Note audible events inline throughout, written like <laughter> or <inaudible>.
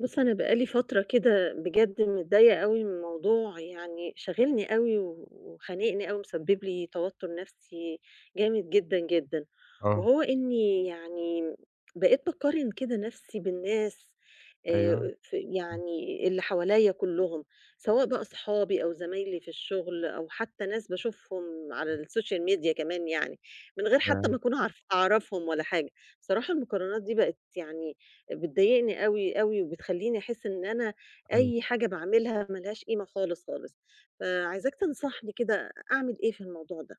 بُص، أنا بقى لي فترة كده بجد متضايقة أوي من موضوع يعني شاغلني أوي و وخانقني أوي، مسبب لي توتر نفسي جامد جدًا، جدًا، آه، وهو إني يعني بقيت باقارن كده نفسي بالناس أيوه، ف يعني اللي حواليّا كلّهم، سواء بقى صحابي أو زمايلي في الشغل أو حتى ناس باشوفهم على السوشيال ميديا كمان يعني، من غير حتى آآ، ما أكون عارف أعرفهم ولا حاجة. بصراحة المقارنات دي بقت يعني بتضايقني أوي، أوي، وبتخلّيني أحس إن أنا أيوه، أي حاجة باعملها ما لهاش قيمة خالص، خالص. فعايزاك تنصحني كده أعمل إيه في الموضوع ده؟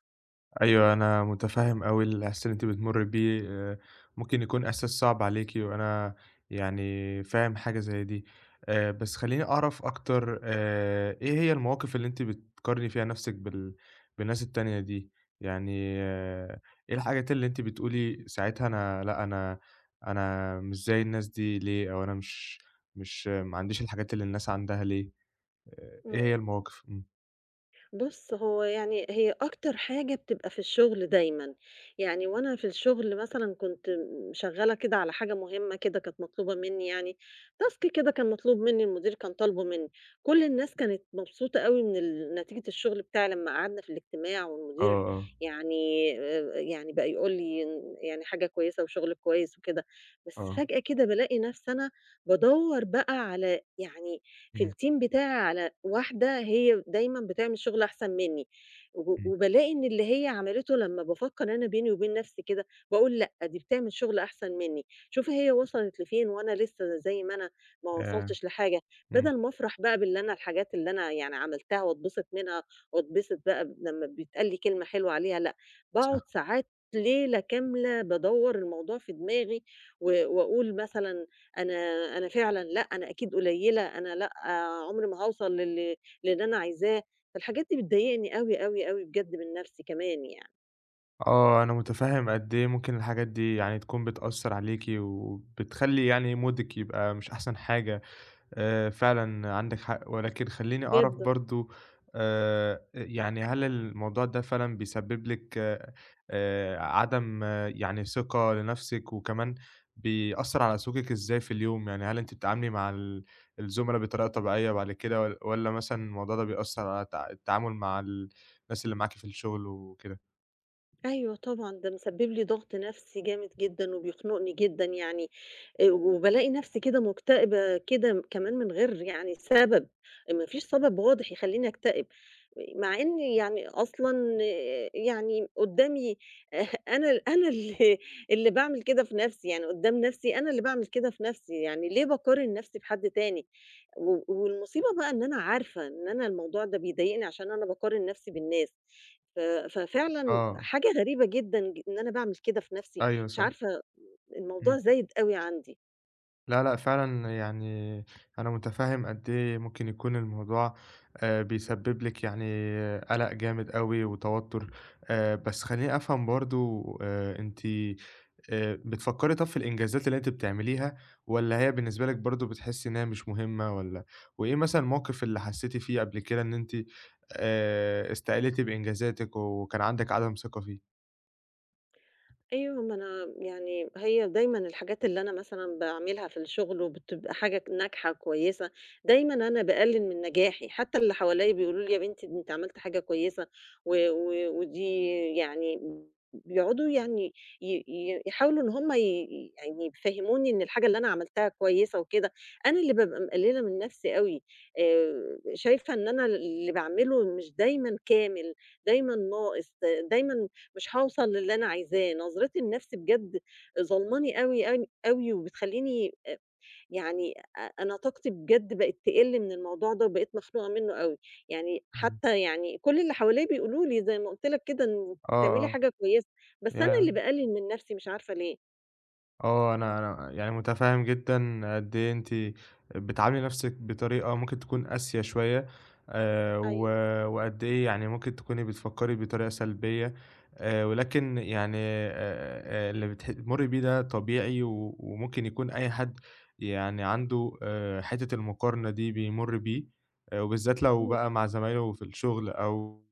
أيوه، أنا مُتفهِّم أوي الإحساس اللي أنتِ بتمُرّي بيه، ممكن يكون إحساس صعب عليكِ وأنا يعني فاهم حاجة زي دي، بس خلّيني أعرف أكتر إيه هي المواقف اللي أنتِ بتقارني فيها نَفْسِك بالناس التانية دي؟ يعني آه، إيه الحاجات اللي أنتِ بتقولي ساعتها أنا لأ، أنا مش زي الناس دي ليه، أو أنا مش ما عنديش الحاجات اللي الناس عندها ليه؟ إيه إمم. هي المواقف؟ إمم، بُص، هو يعني هي أكتر حاجة بتبقى في الشغل دايمًا، يعني وأنا في الشغل مثلًا كنت م شغّالة كده على حاجة مهمة كده كانت مطلوبة منّي يعني task كده كان مطلوب منّي، المدير كان طالبه منّي، كل الناس كانت مبسوطة أوي من ال نتيجة الشغل بتاعي لمّا قعدنا في الاجتماع آه، والمدير آه، يعني يعني بقى يقول لي إن يعني حاجة كويسة وشغل كويس وكده، بس آه. فجأة كده بالاقي نَفْسي أنا بادوّر بقى على يعني في إمم، الteam بتاعي على واحدة هي دايمًا بتعمل شغل أحسن منّي، و إمم، وبالاقي إن اللي هي عملته لمّا بافكّر أنا بيني وبين نفسي كده، باقول لأ، دي بتعمل شغل أحسن منّي، شوفي هي وصلت لفين وأنا لسه زي ما أنا، ما ياه! وصلتش لحاجة، إمم، بدل ما أفرح بقى باللي أنا الحاجات اللي أنا يعني عملتها واتبسط منها، واتبسط بقى ب لمّا بيتقال لي كلمة حلوة عليها لأ، باقعد صح. ساعات ليلة كاملة بادوّر الموضوع في دماغي، و وأقول مثلًا أنا أنا فعلًا لأ، أنا أكيد قليلة، أنا لأ، آه، عمري ما هاوصل لل للي أنا عايزاه، فالحاجات دي بتضايقني أوي، أوي، أوي بجد من نَفْسي كمان يعني، آه، أنا متفهّم قد إيه ممكن الحاجات دي يعني تكون بتأثّر عليكِ، وبتخلّي يعني مودِك يبقى مش أحسن حاجة. فعلًا عندِك حق، ولكن خلّيني أعرف جدًا. برضه يعني هل الموضوع ده فعلًا بيسبب لِك عدم يعني ثقة لنَفْسِك، وكمان بيأثّر على سلوكِك إزاي في اليوم؟ يعني هل أنتِ بتتعاملي مع الزُملا بطريقة طبيعية بعد كده والّا مثلًا الموضوع ده بيأثّر على التعامل مع الناس اللي معاكِ في الشغل وكده؟ أيوه طبعًا، ده مسبب لي ضغط نفسي جامد جدًا وبيخنقني جدًا يعني، وبالاقي نفسي كده مكتئبة كده م كمان من غير يعني سبب، ما فيش سبب واضح يخلّيني أكتئب، مع إن يعني أصلًا إيه، يعني قدّامي <laughs> أنا ال أنا اللي اللي باعمل كده في نفسي، يعني قدّام نفسي أنا اللي باعمل كده في نفسي، يعني ليه باقارن نفسي بحد تاني؟ و والمصيبة بقى إن أنا عارفة إن أنا الموضوع ده بيضايقني عشان أنا باقارن نفسي بالناس. ف ففعلًا آه، حاجة غريبة جدًا ج إن أنا باعمل كده في نَفْسي، أيوه مش صح، عارفة الموضوع إمم. زايد أوي عندي. لا، لأ، فعلًا يعني أنا متفهّم قد إيه ممكن يكون الموضوع بيسبب لِك يعني قلق جامد أوي وتوتُّر، بس خلّيني أفهم برضه أنتِ بتفكّري طَب في الإنجازات اللي أنتِ بتعمليها والّا هي بالنسبة لِك برضه بتحسّي إن هي مش مهمة والّا وإيه مثلًا الموقِف اللي حسّيتِ فيه قبل كده إن أنتِ استقلتِ بإنجازاتِك وكان عندِك عدم ثقة فيه؟ أيوه، ما أنا يعني هي دايمًا الحاجات اللي أنا مثلًا باعملها في الشغل وبتبقى حاجة ك ناجحة كويسة، دايمًا أنا باقلل من نجاحي، حتى اللي حواليّا بيقولوا لي: "يا بنتي أنتِ عملتِ حاجة كويسة." و و ودي يعني بيقعدوا يعني ي ي يحاولوا إن هم ي يعني يفهّموني إن الحاجة اللي أنا عملتها كويسة وكده، أنا اللي بابقى مقلّلة من نفسي أوي، شايفة إن أنا اللي باعمله مش دايمًا كامل، دايمًا ناقص، دايمًا مش هاوصل للي أنا عايزاه، نظرتي لنفسي بجد ظلماني أوي، أوي، أوي، وبتخلّيني أ يعني أ أنا طاقتي بجد بقت تقِل من الموضوع ده وبقيت مخنوقة منّه أوي، يعني إمم، حتى يعني كل اللي حواليّا بيقولوا لي زي ما قُلت لك كده إن آه، "بتعملي آه، حاجة كويسة." بس أنا ياه! اللي باقلِّل من نفسي مش عارفة ليه. آه، أنا يعني متفهّم جدًا قد إيه أنتِ بتعاملي نَفْسِك بطريقة ممكن تكون قاسية شوية، آآ، و أيوه، وقد إيه يعني ممكن تكوني بتفكّري بطريقة سلبية، ولكن يعني اللي بتمُرّي بيه ده طبيعي وممكن يكون أي حد يعني عنده حتّة المقارنة دي بيمُر بيه، وبالذات لو إمم، بقى مع زمايله في الشغل أو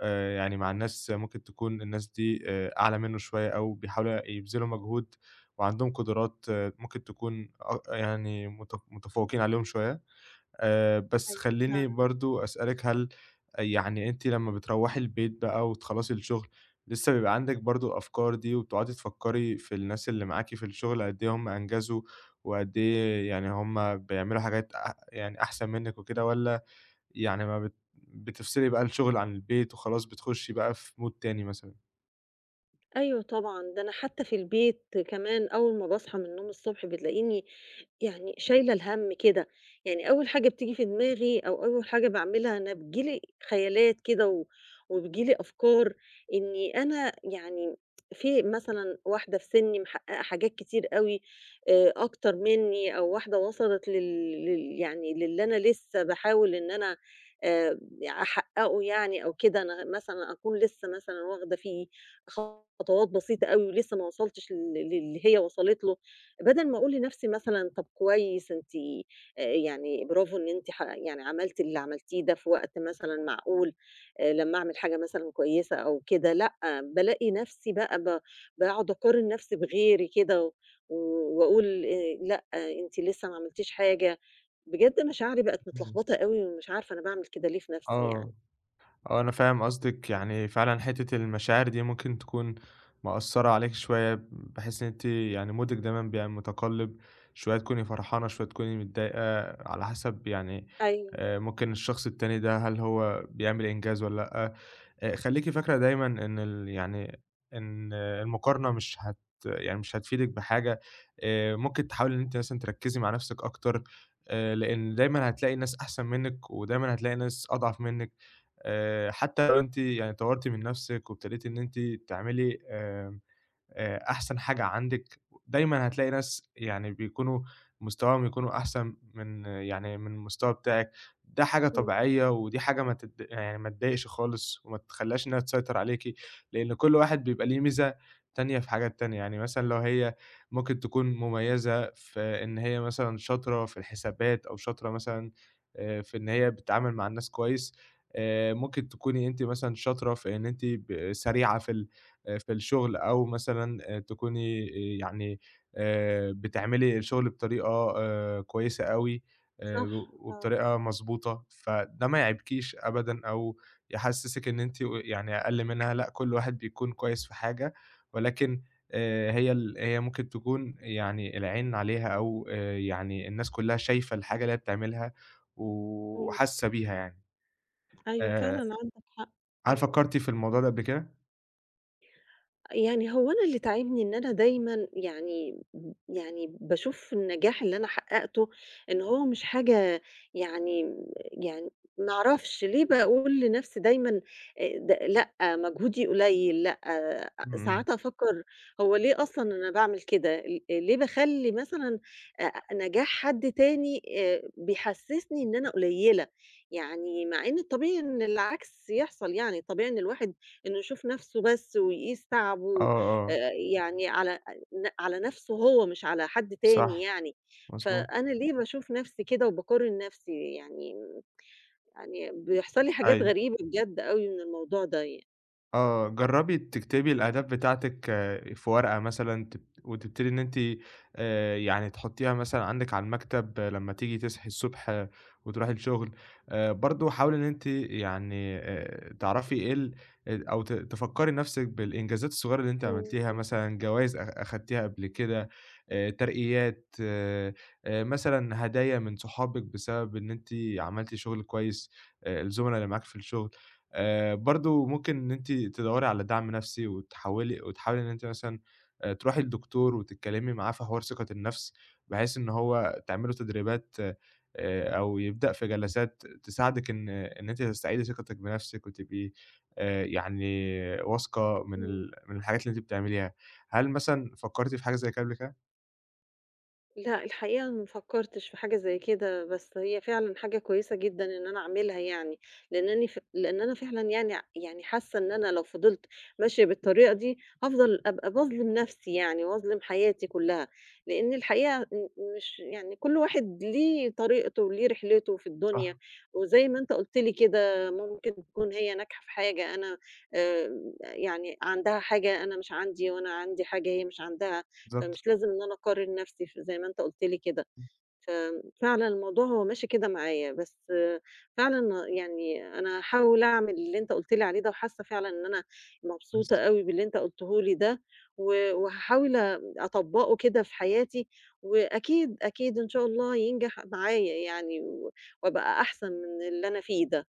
يعني مع الناس ممكن تكون الناس دي أعلى منّه شوية أو بيحاولوا يبذلوا مجهود وعندهم قدرات ممكن تكون يعني متفوقين عليهم شوية، بس أيوه خلّيني فعلًا. برضه أسألِك هل يعني أنتِ لمّا بتروّحي البيت بقى وتخلّصي الشغل، لسه بيبقى عندِك برضه الأفكار دي وبتقعدي تفكّري في الناس اللي معاكِ في الشغل قد إيه هم أنجزوا، وقد إيه يعني هم بيعملوا حاجات يعني أحسن منِّك وكده، والّا يعني ما بتفصلي بقى الشغل عن البيت وخلاص بتخشي بقى في mood تاني مثلًا؟ أيوه طبعًا، ده أنا حتى في البيت كمان أول ما باصحى من النوم الصبح بتلاقيني يعني شايلة الهَم كده، يعني أول حاجة بتيجي في دماغي أو أول حاجة باعملها أنا بييجي لي خيالات كده و وبييجي لي أفكار إني أنا يعني في مثلًا واحدة في سِنّي محققة حاجات كتير أوي أكتر منّي أو واحدة وصلت لل لل يعني للي أنا لسه باحاول إن أنا آآ، أحققه يعني أو كده، أنا مثلًا أكون لسه مثلًا واخدة فيه خطوات بسيطة أوي ولسه ما وصلتش لل للي هي وصلت له، بدل ما أقول لنفسي مثلًا طب كويس أنتِ يعني برافو إن أنتِ ح يعني عملتِ اللي عملتيه ده في وقت مثلًا معقول، لمّا أعمل حاجة مثلًا كويسة أو كده، لأ، بالاقي نفسي بقى ب باقعد أقارن نفسي بغيري كده و وأقول لأ، أنتِ لسه ما عملتيش حاجة، بجد مشاعري بقت إمم. متلخبطة أوي ومش عارفة أنا باعمل كده ليه في نفسي يعني. آه. آه، أنا فاهم قصدِك، يعني فعلًا حتّة المشاعر دي ممكن تكون مأثّرة عليكِ شوية، بحيث إن أنتِ يعني مودِك دايمًا بيبقى متقلِّب، شوية تكوني فرحانة، شوية تكوني متضايقة، على حسب يعني أيوه، ممكن الشخص التاني ده هل هو بيعمل إنجاز والّا لأ. خلّيكِ فاكرة دايمًا إن يعني إن المقارنة مش هت يعني مش هتفيدِك بحاجة، ممكن تحاولي إن أنتِ مثلًا تركّزي مع نَفْسِك أكتر، لإن دايمًا هتلاقي ناس أحسن منِّك ودايمًا هتلاقي ناس أضعف منِّك. حتى لو أنتِ يعني طوّرتِ من نَفْسِك وابتديتِ إن أنتِ تعملي أحسن حاجة عندِك، دايمًا هتلاقي ناس يعني بيكونوا مستواهم يكونوا أحسن من يعني من المستوى بتاعِك، ده حاجة إمم، طبيعية ودي حاجة ما تد يعني ما تضايقش خالص وما تخلّيهاش إنها تسيطر عليكِ، لإن كل واحد بيبقى ليه ميزة تانية في حاجات تانية، يعني مثلًا لو هي ممكن تكون مميزة في إن هي مثلًا شاطرة في الحسابات أو شاطرة مثلًا في إن هي بتتعامل مع الناس كويس، ممكن تكوني أنتِ مثلًا شاطرة في إن أنتِ سريعة في في الشغل، أو مثلًا تكوني يعني بتعملي الشغل بطريقة كويسة أوي صح، و آه، وبطريقة مضبوطة، فده ما يعيبكيش أبدًا أو يحسّسِك إن أنتِ يعني أقل منها، لأ كل واحد بيكون كويس في حاجة، ولكن هي ممكن تكون يعني العين عليها أو يعني الناس كلّها شايفة الحاجة اللي هي بتعملها إمم. وحاسة بيها يعني. أيوه فعلًا آآ عندك حق، هل إمم، فكّرتِ في الموضوع ده قبل كده؟ يعني هو أنا اللي تاعبني إن أنا دايمًا يعني يعني باشوف النجاح اللي أنا حققته إن هو مش حاجة يعني يعني ما أعرفش ليه باقول لنفسي دايمًا د لأ، مجهودي قليل، لأ، إمم، أ إمم. ساعات أفكّر هو ليه أصلًا أنا باعمل كده؟ ل ليه باخلّي مثلًا أ نجاح حد تاني بيحسّسني إن أنا قليلة؟ يعني مع إن الطبيعي إن العكس يحصل يعني، الطبيعي إن الواحد إنه يشوف نفسه بس ويقيس آه، تعبه آه، يعني على على نَفْسه هو مش على حد تاني صح. يعني، مضبوط، فأنا ليه باشوف نَفْسي كده وباقارن نَفْسي يعني يعني بيحصل لي حاجات أيوه، غريبة بجد أوي من الموضوع ده يعني. آه، جرّبي تكتبي الأهداف بتاعتِك في ورقة مثلًا وتبتدي إن أنتِ يعني تحطّيها مثلًا عندِك على المكتب لمّا تيجي تصحي الصبح وتروحي الشغل، برضه حاولي إن أنتِ يعني تعرفي إيه أو تفكّري نَفْسِك بالإنجازات الصغيرة اللي أنتِ عملتيها، إمم، مثلًا جوايز أخدتيها قبل كده، ترقيات، مثلًا هدايا من صحابِك بسبب إن أنتِ عملتِ شغل كويس، الزُملا اللي معاكِ في الشغل. برضه ممكن إن أنتِ تدوّري على دعم نفسي وتحاولي إن أنتِ مثلًا تروحي لدكتور وتتكلّمي معاه في حوار ثقة النفس، بحيث إن هو تعملوا تدريبات أو يبدأ في جلسات تساعدِك إن أنتِ تستعيدي ثقتِك بنفسِك وتبقي يعني واثقة من إمم. من الحاجات اللي أنتِ بتعمليها. هل مثلًا فكّرتِ في حاجة زي كده قبل كده؟ لأ، الحقيقة ما فكّرتش في حاجة زي كده، بس هي فعلًا حاجة كويسة جدًا إن أنا أعملها يعني، لأن أنا فعلًا يعني يعني حاسة إن أنا لو فضلت ماشية بالطريقة دي، هافضل أبقى باظلم نفسي يعني وأظلم حياتي كلّها، لإن الحقيقة م مش يعني كل واحد ليه طريقته وليه رحلته في الدنيا، صح، وزي ما أنت قُلت لي كده ممكن تكون هي ناجحة في حاجة أنا آآ، يعني عندها حاجة أنا مش عندي، وأنا عندي حاجة هي مش عندها. بالضبط. فمش لازم إن أنا أقارن نفسي ف زي ما أنت قُلت لي كده، إمم، ففعلًا الموضوع هو ماشي كده معايا، بس فعلًا يعني أنا هاحاول أعمل اللي أنت قُلت لي عليه ده، وحاسة فعلًا إن أنا مبسوطة كويس. أوي باللي أنت قُلته لي ده، و وهاحاول أطبّقه كده في حياتي، وأكيد، أكيد إن شاء الله ينجح معايا يعني، و وأبقى أحسن من اللي أنا فيه ده.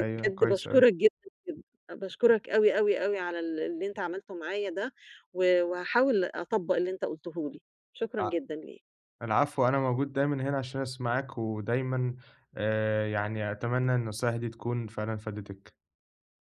أيوه، كويس أوي. باشكرك جدًا، جدًا، باشكرك أوي، أوي، أوي على ال اللي أنت عملته معايا ده، و وهاحاول أطبّق اللي أنت قُلته لي، شكرًا جدًا ليك. العفو أنا موجود دايمًا هنا عشان أسمعك، ودايمًا يعني أتمنى إن النصايح دي تكون فعلًا فادتِك.